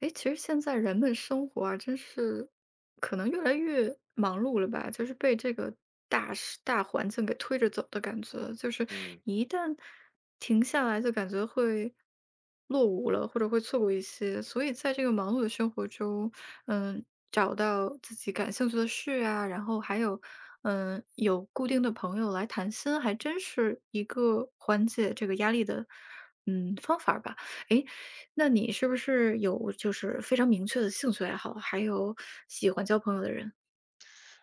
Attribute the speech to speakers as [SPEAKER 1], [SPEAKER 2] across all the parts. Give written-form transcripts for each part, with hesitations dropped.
[SPEAKER 1] 诶，其实现在人们生活啊，真是可能越来越忙碌了吧，就是被这个大环境给推着走的感觉，就是
[SPEAKER 2] 嗯，
[SPEAKER 1] 一旦停下来，就感觉会落伍了，或者会错过一些。所以在这个忙碌的生活中，嗯，找到自己感兴趣的事啊，然后还有，有固定的朋友来谈心，还真是一个缓解这个压力的，方法吧。诶，那你是不是有就是非常明确的兴趣爱好，还有喜欢交朋友的人？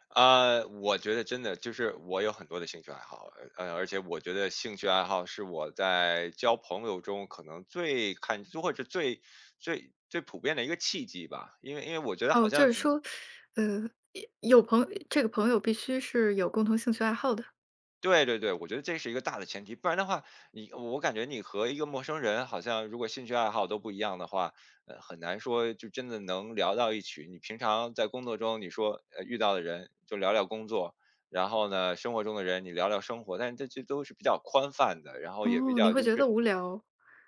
[SPEAKER 2] 我觉得真的就是我有很多的兴趣爱好，而且我觉得兴趣爱好是我在交朋友中可能最看，或者最普遍的一个契机吧。因为我觉得好
[SPEAKER 1] 哦，
[SPEAKER 2] 像
[SPEAKER 1] 就是说，呃，这个朋友必须是有共同兴趣爱好的。
[SPEAKER 2] 对对对，我觉得这是一个大的前提，不然的话，我感觉你和一个陌生人好像如果兴趣爱好都不一样的话，很难说就真的能聊到一起。你平常在工作中，你说遇到的人就聊聊工作，然后呢，生活中的人你聊聊生活，但是这都是比较宽泛的，然后也比
[SPEAKER 1] 哦，你
[SPEAKER 2] 较
[SPEAKER 1] 会
[SPEAKER 2] 就
[SPEAKER 1] 觉得
[SPEAKER 2] 是
[SPEAKER 1] 无聊。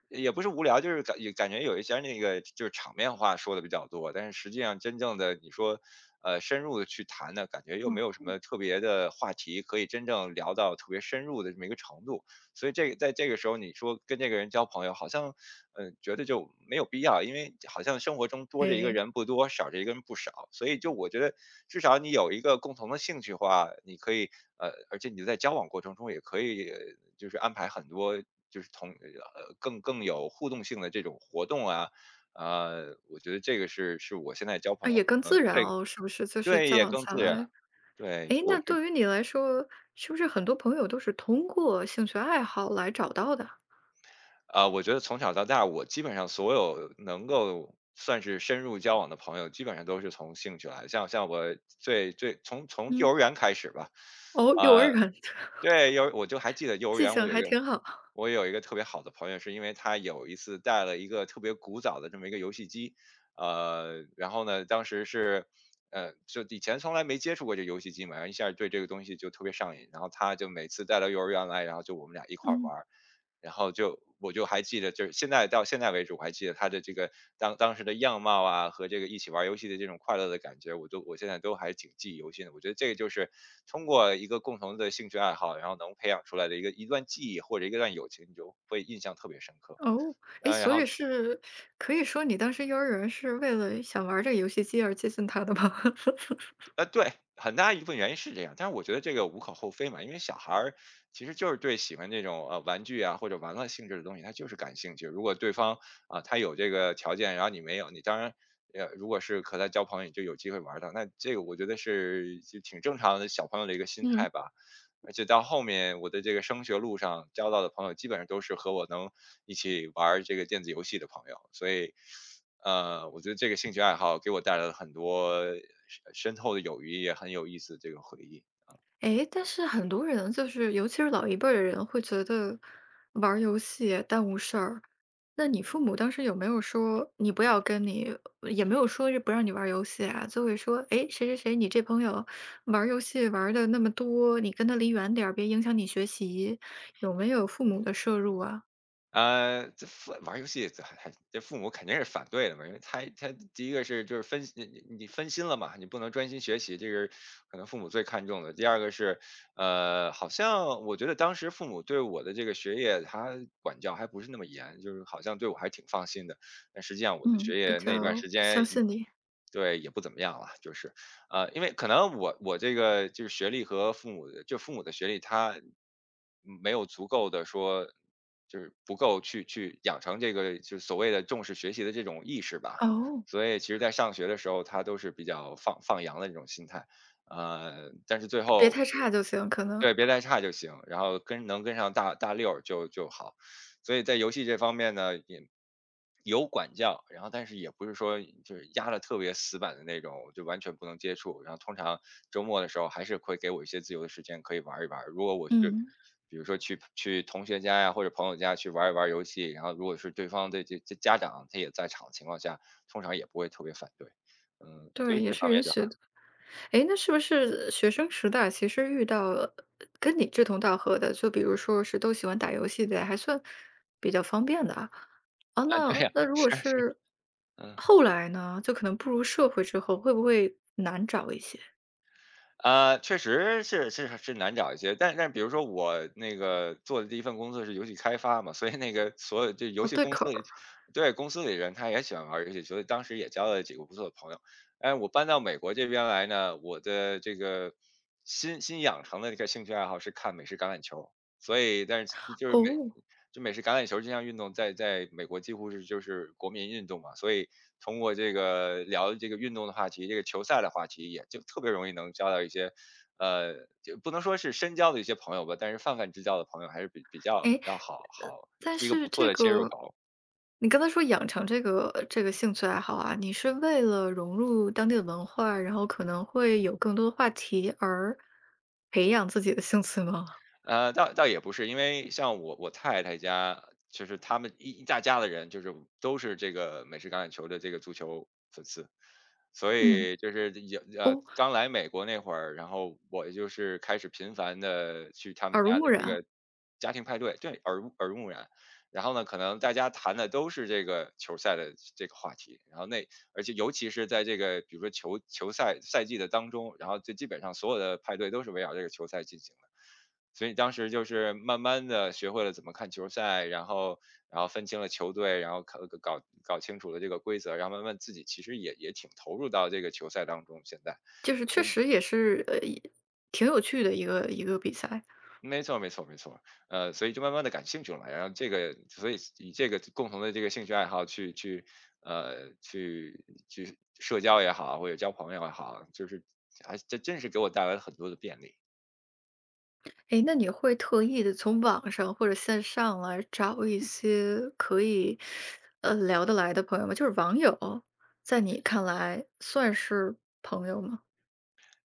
[SPEAKER 2] 也不是无聊，就是也感觉有一些那个就是场面话说的比较多，但是实际上真正的你说，深入的去谈呢，感觉又
[SPEAKER 1] 哦，
[SPEAKER 2] 没有什么特别的话题可以真正聊到特别深入的这么一个程度，所以在这个时候你说跟这个人交朋友，好像觉得就没有必要，因为好像生活中多着一个
[SPEAKER 1] 哎
[SPEAKER 2] 人不多，少着一个人不少，所以就我觉得至少你有一个共同的兴趣的话，你可以而且你在交往过程中也可以就是安排很多就是更有互动性的这种活动啊，我觉得这个是我现在交朋
[SPEAKER 1] 啊，
[SPEAKER 2] 友
[SPEAKER 1] 也
[SPEAKER 2] 可
[SPEAKER 1] 更
[SPEAKER 2] 能
[SPEAKER 1] 自然
[SPEAKER 2] 这
[SPEAKER 1] 哦，是不是？就是
[SPEAKER 2] 对
[SPEAKER 1] 交
[SPEAKER 2] 也
[SPEAKER 1] 往
[SPEAKER 2] 更
[SPEAKER 1] 下
[SPEAKER 2] 自然，
[SPEAKER 1] 来，
[SPEAKER 2] 对，
[SPEAKER 1] 哎，
[SPEAKER 2] 就我
[SPEAKER 1] 那
[SPEAKER 2] 是
[SPEAKER 1] 对于你来说，是不是很多朋友都是通过兴趣爱好来找到的？
[SPEAKER 2] 啊，我觉得从小到大，我基本上所有能够算是深入交往的朋友，基本上都是从兴趣来的。像我最从幼
[SPEAKER 1] 嗯，
[SPEAKER 2] 儿园开始吧，
[SPEAKER 1] 哦，幼儿
[SPEAKER 2] 呃，
[SPEAKER 1] 园
[SPEAKER 2] 对，我就还记得幼儿
[SPEAKER 1] 记
[SPEAKER 2] 园，
[SPEAKER 1] 性还挺好。
[SPEAKER 2] 我有一个特别好的朋友，是因为他有一次带了一个特别古早的这么一个游戏机，然后呢，当时是。就以前从来没接触过这游戏机嘛，然后一下对这个东西就特别上瘾，然后他就每次带到幼儿园来，然后就我们俩一块儿
[SPEAKER 1] 嗯。
[SPEAKER 2] 玩，然后就我就还记得，就是现在到现在为止，我还记得他的这个当时的样貌啊，和这个一起玩游戏的这种快乐的感觉，我现在都还挺记忆犹新的。我觉得这个就是通过一个共同的兴趣爱好，然后能培养出来的一段记忆或者一段友情，你就会印象特别深刻。
[SPEAKER 1] 哦，哎，
[SPEAKER 2] 嗯，然
[SPEAKER 1] 所
[SPEAKER 2] 后
[SPEAKER 1] 以是可以说你当时幼儿园是为了想玩儿这个游戏机而接近他的吗？
[SPEAKER 2] 对，很大一部分原因是这样，但是我觉得这个无可厚非嘛，因为小孩儿其实就是对喜欢这种玩具啊或者玩乐性质的东西，他就是感兴趣。如果对方啊、他有这个条件，然后你没有，你当然如果是和他交朋友，你就有机会玩儿到。那这个我觉得是就挺正常的小朋友的一个心
[SPEAKER 1] 嗯，
[SPEAKER 2] 态吧。而且到后面我的这个升学路上交到的朋友，基本上都是和我能一起玩儿这个电子游戏的朋友，所以，我觉得这个兴趣爱好给我带来了很多深厚的友谊，也很有意思的这个回忆。
[SPEAKER 1] 哎，但是很多人就是尤其是老一辈儿的人会觉得玩儿游戏耽误事儿，那你父母当时有没有说你不要跟你也没有说是不让你玩儿游戏啊，就会说，哎，谁谁谁，你这朋友玩儿游戏玩的那么多，你跟他离远点儿，别影响你学习，有没有父母的摄入啊？
[SPEAKER 2] 玩儿游戏这还还这父母肯定是反对的嘛，因为他第一个是就是分你分心了嘛，你不能专心学习，这个可能父母最看重的。第二个是，好像我觉得当时父母对我的这个学业，他管教还不是那么严，就是好像对我还挺放心的。但实际上我的
[SPEAKER 1] 嗯，
[SPEAKER 2] 学
[SPEAKER 1] 比
[SPEAKER 2] 业那段
[SPEAKER 1] 较
[SPEAKER 2] 时间
[SPEAKER 1] 相
[SPEAKER 2] 也
[SPEAKER 1] 信你。
[SPEAKER 2] 对也不怎么样了，就是因为可能我这个就是学历和父母的，就父母的学历，他没有足够的说，就是不够去养成这个就是所谓的重视学习的这种意识吧。
[SPEAKER 1] 哦。
[SPEAKER 2] 所以其实，在上学的时候，他都是比较放羊的这种心态，但是最
[SPEAKER 1] 别
[SPEAKER 2] 后
[SPEAKER 1] 太差就行，可能。
[SPEAKER 2] 对，别太差就行，然后跟能跟上大六就就好。所以在游戏这方面呢，也有管教，然后但是也不是说就是压的特别死板的那种，就完全不能接触。然后通常周末的时候还是会给我一些自由的时间可以玩儿一玩儿。如果我是
[SPEAKER 1] 嗯。
[SPEAKER 2] 比如说去同学家呀或者朋友家去玩儿一玩儿游戏，然后如果是对方的这家长他也在场的情况下，通常也不会特别反对。嗯，所
[SPEAKER 1] 对，
[SPEAKER 2] 以
[SPEAKER 1] 也
[SPEAKER 2] 这方
[SPEAKER 1] 是允
[SPEAKER 2] 面就
[SPEAKER 1] 许的。
[SPEAKER 2] 好。
[SPEAKER 1] 诶，那是不是学生时代其实遇到跟你志同道合的，就比如说是都喜欢打游戏的，还算比较方便的啊。啊，
[SPEAKER 2] 啊，
[SPEAKER 1] 那
[SPEAKER 2] 对呀，
[SPEAKER 1] 那如果
[SPEAKER 2] 是啊是啊，
[SPEAKER 1] 是
[SPEAKER 2] 嗯。
[SPEAKER 1] 后来呢，就可能步入社会之后，会不会难找一些？
[SPEAKER 2] 确实是难找一些，但比如说我那个做的第一份工作是游戏开发嘛，所以那个所有就游
[SPEAKER 1] 哦，
[SPEAKER 2] 戏
[SPEAKER 1] 对
[SPEAKER 2] 公
[SPEAKER 1] 口
[SPEAKER 2] 司里，
[SPEAKER 1] 儿，
[SPEAKER 2] 对公司里人他也喜欢玩游戏，所以当时也交了几个不错的朋友。哎，我搬到美国这边来呢，我的这个新养成的一个兴趣爱好是看美式橄榄球，所以但是就是
[SPEAKER 1] 哦。
[SPEAKER 2] 就美式橄榄球这项运动在美国几乎是就是国民运动嘛，所以通过这个聊这个运动的话题，这个球赛的话题，也就特别容易能交到一些，就不能说是深交的一些朋友吧，但是泛泛之交的朋友还是比较
[SPEAKER 1] 哎，呃，
[SPEAKER 2] 好
[SPEAKER 1] 但
[SPEAKER 2] 是一个
[SPEAKER 1] 是
[SPEAKER 2] 不错
[SPEAKER 1] 这
[SPEAKER 2] 的切入
[SPEAKER 1] 个
[SPEAKER 2] 口。
[SPEAKER 1] 你刚才说养成这个兴趣爱好啊，你是为了融入当地的文化，然后可能会有更多的话题而培养自己的兴趣吗？
[SPEAKER 2] 倒也不是，因为像我太太家，就是他们一大家的人，就是都是这个美式橄榄球的这个足球粉丝，所
[SPEAKER 1] 嗯，
[SPEAKER 2] 以就是有
[SPEAKER 1] 哦，
[SPEAKER 2] 刚来美国那会儿，然后我就是开始频繁的去他们
[SPEAKER 1] 耳濡
[SPEAKER 2] 家的
[SPEAKER 1] 目染
[SPEAKER 2] 这
[SPEAKER 1] 啊，
[SPEAKER 2] 个家庭派对，对，耳濡目染。然后呢，可能大家谈的都是这个球赛的这个话题，然后那而且尤其是在这个比如说球赛季的当中，然后就基本上所有的派对都是围绕这个球赛进行的。所以当时就是慢慢的学会了怎么看球赛，然后然后分清了球队，然后搞清楚了这个规则，然后慢慢自己其实也也挺投入到这个球赛当中现在。
[SPEAKER 1] 就是确
[SPEAKER 2] 所以
[SPEAKER 1] 实也是，也挺有趣的一个比赛。
[SPEAKER 2] 没错没错没错，所以就慢慢的感兴趣了嘛，然后这个所以以这个共同的这个兴趣爱好去社交也好，或者交朋友也好，就是还这真是给我带来了很多的便利。
[SPEAKER 1] 诶，那你会特意的从网上或者线上来找一些可以，聊得来的朋友吗？就是网友，在你看来算是朋友吗？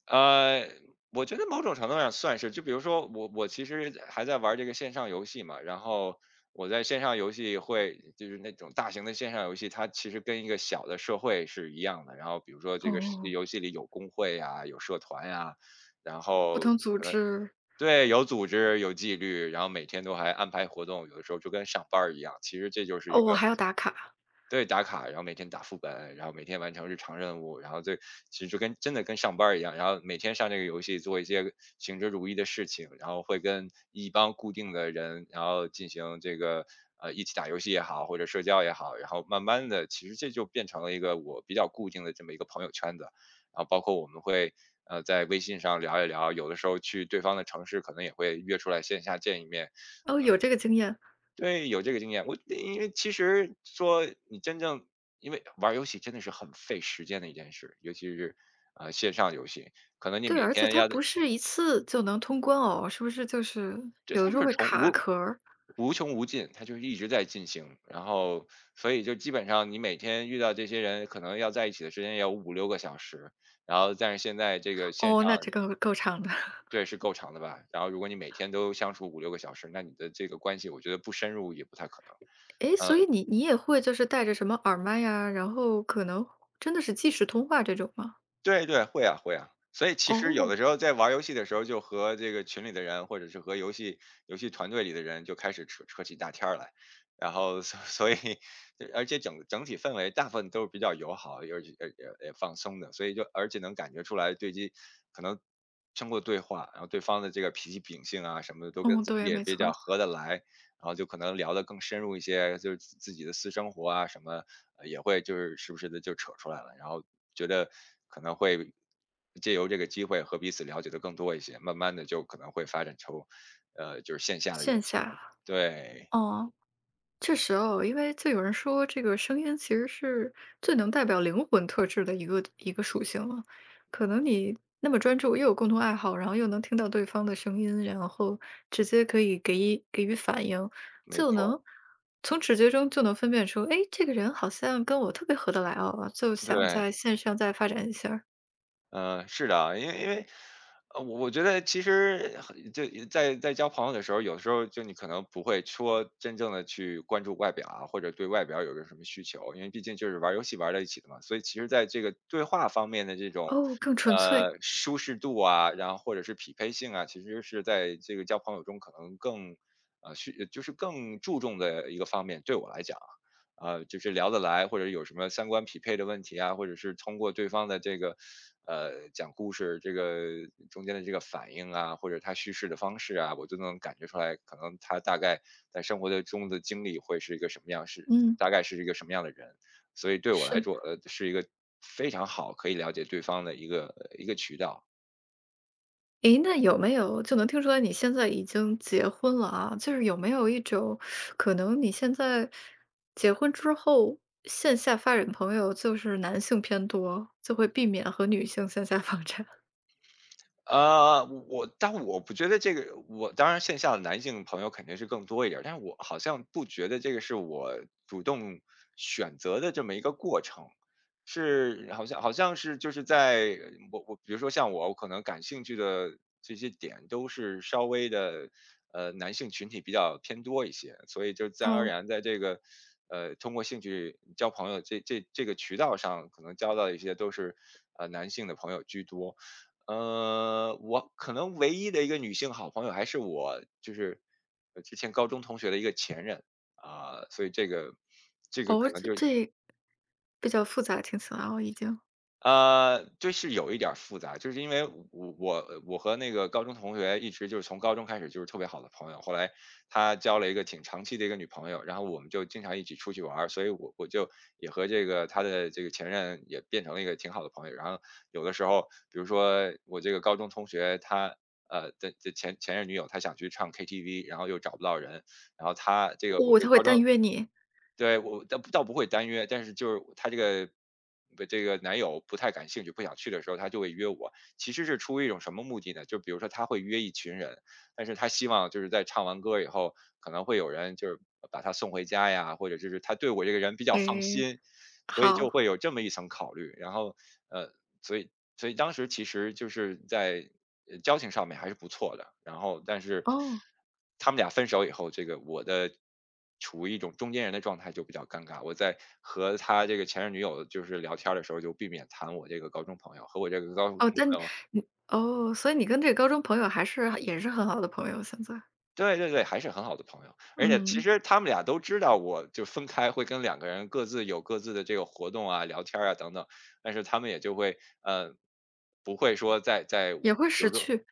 [SPEAKER 2] 呃，我觉得某种程度上算是，就比如说我其实还在玩这个线上游戏嘛，然后我在线上游戏会就是那种大型的线上游戏，它其实跟一个小的社会是一样的。然后比如说这个是
[SPEAKER 1] 哦。
[SPEAKER 2] 游戏里有工会呀、有社团呀、然
[SPEAKER 1] 不
[SPEAKER 2] 后
[SPEAKER 1] 同组织，
[SPEAKER 2] 对有组织、有纪律，然后每天都还安排活动，有的时候就跟上班儿一样。其实这就是一
[SPEAKER 1] 哦，我
[SPEAKER 2] 个
[SPEAKER 1] 还要打卡，
[SPEAKER 2] 对，打卡，然后每天打副本，然后每天完成日常任务，然后这其实就跟真的跟上班儿一样，然后每天上这个游戏做一些行之如意的事情，然后会跟一帮固定的人，然后进行这个一起打游戏也好，或者社交也好，然后慢慢的，其实这就变成了一个我比较固定的这么一个朋友圈子，然后包括我们会在微信上聊一聊，有的时候去对方的城市，可能也会约出来线下见一面，
[SPEAKER 1] 哦，有这个经验。
[SPEAKER 2] 对，有这个经验。我因为其实说你真正因为玩儿游戏真的是很费时间的一件事，尤其是线上游戏，可能你
[SPEAKER 1] 对，
[SPEAKER 2] 每
[SPEAKER 1] 而且
[SPEAKER 2] 天
[SPEAKER 1] 它
[SPEAKER 2] 要在
[SPEAKER 1] 不是一次就能通关哦，是不是就是
[SPEAKER 2] 这
[SPEAKER 1] 有
[SPEAKER 2] 它
[SPEAKER 1] 的时
[SPEAKER 2] 就
[SPEAKER 1] 候
[SPEAKER 2] 是
[SPEAKER 1] 会
[SPEAKER 2] 从
[SPEAKER 1] 卡
[SPEAKER 2] 无
[SPEAKER 1] 壳儿？
[SPEAKER 2] 无穷无尽，它就是一直在进行。然后，所以就基本上你每天遇到这些人，可能要在一起的时间也有五六个小时。然后，但是现在这个线
[SPEAKER 1] 哦，
[SPEAKER 2] 上
[SPEAKER 1] 那这个够长的。
[SPEAKER 2] 对是够长的吧？然后，如果你每天都相处五六个小时，那你的这个关系，我觉得不深入也不太可
[SPEAKER 1] 诶，
[SPEAKER 2] 能。嗯。
[SPEAKER 1] 所以你也会就是带着什么耳麦呀，然后可能真的是即时通话这种吗？
[SPEAKER 2] 对对，会啊会啊。所以其实有
[SPEAKER 1] 哦。
[SPEAKER 2] 的时候在玩儿游戏的时候，就和这个群里的人，或者是和游戏团队里的人就开始扯起大天儿来，然后所 所以而且整体氛围大部分都是比较友好，而且也放松的，所以就而且能感觉出来对机可能通过对话，然后对方的这个脾气秉性啊什么的都跟
[SPEAKER 1] 嗯，
[SPEAKER 2] 自己
[SPEAKER 1] 对，
[SPEAKER 2] 也
[SPEAKER 1] 没
[SPEAKER 2] 比
[SPEAKER 1] 错
[SPEAKER 2] 较
[SPEAKER 1] 儿，
[SPEAKER 2] 合得来，然后就可能聊得更深入一些，就是自己的私生活啊什么，也会就是时不时的就扯出来了，然后觉得可能会借由这个机会和彼此了解的更多一些，慢慢的就可能会发展成，就是线下的友
[SPEAKER 1] 线
[SPEAKER 2] 情。
[SPEAKER 1] 下，
[SPEAKER 2] 对，
[SPEAKER 1] 哦，确实哦，因为就有人说这个声音其实是最能代表灵魂特质的一个属性了。可能你那么专注，又有共同爱好，然后又能听到对方的声音，然后直接可以给予反应，
[SPEAKER 2] 没
[SPEAKER 1] 就
[SPEAKER 2] 错
[SPEAKER 1] 能从直觉中就能分辨出，哎，这个人好像跟我特别合得来哦，就想
[SPEAKER 2] 对。
[SPEAKER 1] 在线上再发展一下儿，
[SPEAKER 2] 嗯，是的，因为,我觉得其实很就在交朋友的时候，有时候就你可能不会说真正的去关注外表啊，或者对外表有个什么需求，因为毕竟就是玩儿游戏玩儿在一起的嘛，所以其实在这个对话方面的这种，
[SPEAKER 1] 哦，更纯粹，
[SPEAKER 2] 舒适度啊，然后或者是匹配性啊，其实是在这个交朋友中可能更，需就是更注重的一个方面，对我来讲。就是聊得来，或者有什么三观匹配的问题啊，或者是通过对方的这个讲故事这个中间的这个反应啊，或者他叙事的方式啊，我就能感觉出来，可能他大概在生活的中的经历会是一个什么样，是
[SPEAKER 1] 嗯，
[SPEAKER 2] 大概是一个什么样的人。所以对我来
[SPEAKER 1] 是。
[SPEAKER 2] 说，是一个非常好可以了解对方的一个一个渠道。
[SPEAKER 1] 诶，那有没有就能听出来你现在已经结婚了啊，就是有没有一种可能你现在结婚之后，线下发展朋友就是男性偏多，就会避免和女性线下 发展？
[SPEAKER 2] 我但我不觉得这个，我当然线下的男性朋友肯定是更多一点儿，但是我好像不觉得这个是我主动选择的这么一个过程，是好像好像是就是在我比如说像我，我可能感兴趣的这些点都是稍微的，男性群体比较偏多一些，所以就自然而
[SPEAKER 1] 哦。
[SPEAKER 2] 然在这个，通过兴趣交朋友这个渠道上，可能交到一些都是男性的朋友居多。我可能唯一的一个女性好朋友还是我就是，之前高中同学的一个前任，啊，所以这个
[SPEAKER 1] 哦，这这比较复杂，听起来哦已经。
[SPEAKER 2] 就是有一点儿复杂，就是因为我和那个高中同学一直就是从高中开始就是特别好的朋友，后来他交了一个挺长期的一个女朋友，然后我们就经常一起出去玩儿，所以我就也和这个他的这个前任也变成了一个挺好的朋友。然后有的时候，比如说我这个高中同学他的前前任女友，她想去唱 KTV,然后又找不到人，然后他这个我
[SPEAKER 1] 哦，
[SPEAKER 2] 这
[SPEAKER 1] 他
[SPEAKER 2] 个
[SPEAKER 1] 会
[SPEAKER 2] 高中
[SPEAKER 1] 单约你？
[SPEAKER 2] 对，我倒不会单约，但是就是她这个不这个男友不太感兴趣，不想去的时候，她就会约我。其实是出于一种什么目的呢？就比如说她会约一群人，但是她希望就是在唱完歌以后，可能会有人就是把她送回家呀，或者就是她对我这个人比较放
[SPEAKER 1] 诶，
[SPEAKER 2] 心，所以就
[SPEAKER 1] 好，
[SPEAKER 2] 会有这么一层考虑。然后，呃，所以所以当时其实就是在交情上面还是不错的。然后，但是
[SPEAKER 1] 哦，
[SPEAKER 2] 他们俩分手以后，这个我的处于一种中间人的状态就比较尴尬。我在和他这个前任女友就是聊天儿的时候，就避免谈我这个高中朋友和我这个高中朋
[SPEAKER 1] 哦，但你，
[SPEAKER 2] 友。
[SPEAKER 1] 所以你跟这个高中朋友还是也是很好的朋友，现在。
[SPEAKER 2] 对对对，还是很好的朋友，而且其
[SPEAKER 1] 嗯，
[SPEAKER 2] 实他们俩都知道，我就分开会跟两个人各自有各自的这个活动啊、聊天儿啊等等，但是他们也就会呃，不会说在,比
[SPEAKER 1] 也会
[SPEAKER 2] 如
[SPEAKER 1] 识
[SPEAKER 2] 说
[SPEAKER 1] 趣。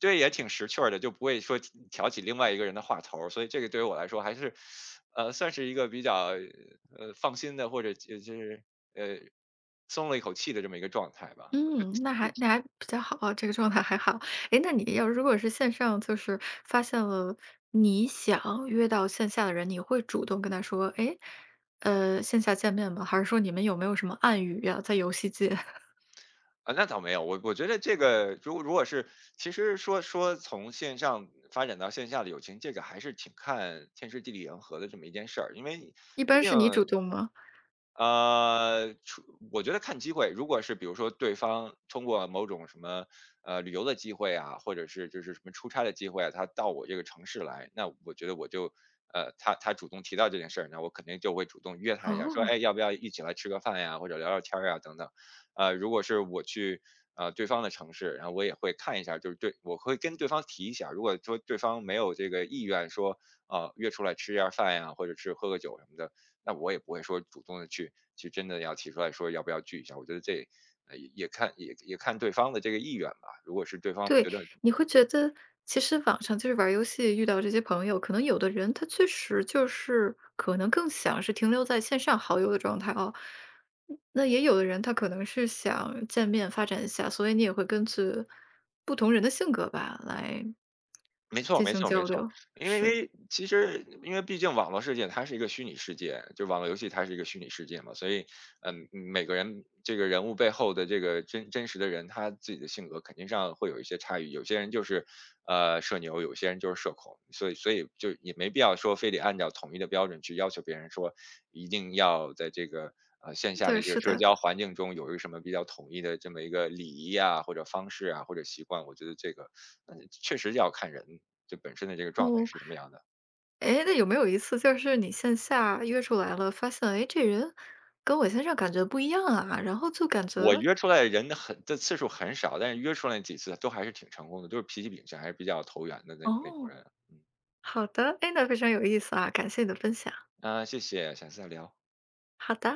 [SPEAKER 2] 对，也挺识趣儿的，就不会说挑起另外一个人的话头儿，所以这个对于我来说还是，算是一个比较放心的，或者就就是呃松了一口气的这么一个状态吧。
[SPEAKER 1] 嗯，那还那还比较好，啊，这个状态还好。诶，那你要如果是线上，就是发现了你想约到线下的人，你会主动跟他说，诶，线下见面吗？还是说你们有没有什么暗语呀，在游戏界？
[SPEAKER 2] 啊，那倒没有，我觉得这个如果如果是，其实说说从线上发展到线下的友情，这个还是挺看天时地利人和的这么一件事儿，因为毕
[SPEAKER 1] 一般
[SPEAKER 2] 竟
[SPEAKER 1] 是你主动吗？
[SPEAKER 2] 出我觉得看机会，如果是比如说对方通过某种什么旅游的机会啊，或者是就是什么出差的机会啊，他到我这个城市来，那我觉得我就他主动提到这件事儿，那我肯定就会主动约他一下，说
[SPEAKER 1] 哦。
[SPEAKER 2] 哎要不要一起来吃个饭呀，或者聊聊天儿呀等等。如果是我去对方的城市，然后我也会看一下，就是对我会跟对方提一下，如果说对方没有这个意愿说约出来吃一下饭呀，或者是喝个酒什么的，那我也不会说主动的去去真的要提出来说要不要聚一下，我觉得这也看对方的这个意愿吧。如果是对方
[SPEAKER 1] 对，
[SPEAKER 2] 觉得
[SPEAKER 1] 你会觉得其实网上就是玩儿游戏遇到这些朋友，可能有的人他确实就是可能更想是停留在线上好友的状态哦，嗯那也有的人他可能是想见面发展一下，所以你也会根据不同人的性格吧来
[SPEAKER 2] 没错
[SPEAKER 1] 进
[SPEAKER 2] 没
[SPEAKER 1] 行
[SPEAKER 2] 错没
[SPEAKER 1] 交
[SPEAKER 2] 错，
[SPEAKER 1] 流。
[SPEAKER 2] 因为因
[SPEAKER 1] 是，
[SPEAKER 2] 为其实因为毕竟网络世界它是一个虚拟世界，就网络游戏它是一个虚拟世界嘛，所以嗯，每个人这个人物背后的这个真实的人，他自己的性格肯定上会有一些差异。有些人就是，社牛，有些人就是社恐，所以就也没必要说非得按照统一的标准去要求别人说，一定要在这个线下的
[SPEAKER 1] 对，
[SPEAKER 2] 这个
[SPEAKER 1] 是
[SPEAKER 2] 社
[SPEAKER 1] 的。
[SPEAKER 2] 交环境中有一个什么比较统一的这么一个礼仪啊，或者方式啊，或者习惯。我觉得这个，嗯，确实要看人就本身的这个状态
[SPEAKER 1] 哦，
[SPEAKER 2] 是什么样的。
[SPEAKER 1] 哎，那有没有一次就是你线下约出来了，发现哎这人跟我线上感觉不一样啊，然后就感觉
[SPEAKER 2] 我约出来的人很的次数很少，但是约出来几次都还是挺成功的，都是脾气秉性还是比较投缘的那种
[SPEAKER 1] 哦。
[SPEAKER 2] 人。嗯，
[SPEAKER 1] 好的，哎，那非常有意思啊，感谢你的分享。
[SPEAKER 2] 啊，谢谢，下次再聊。
[SPEAKER 1] 好的。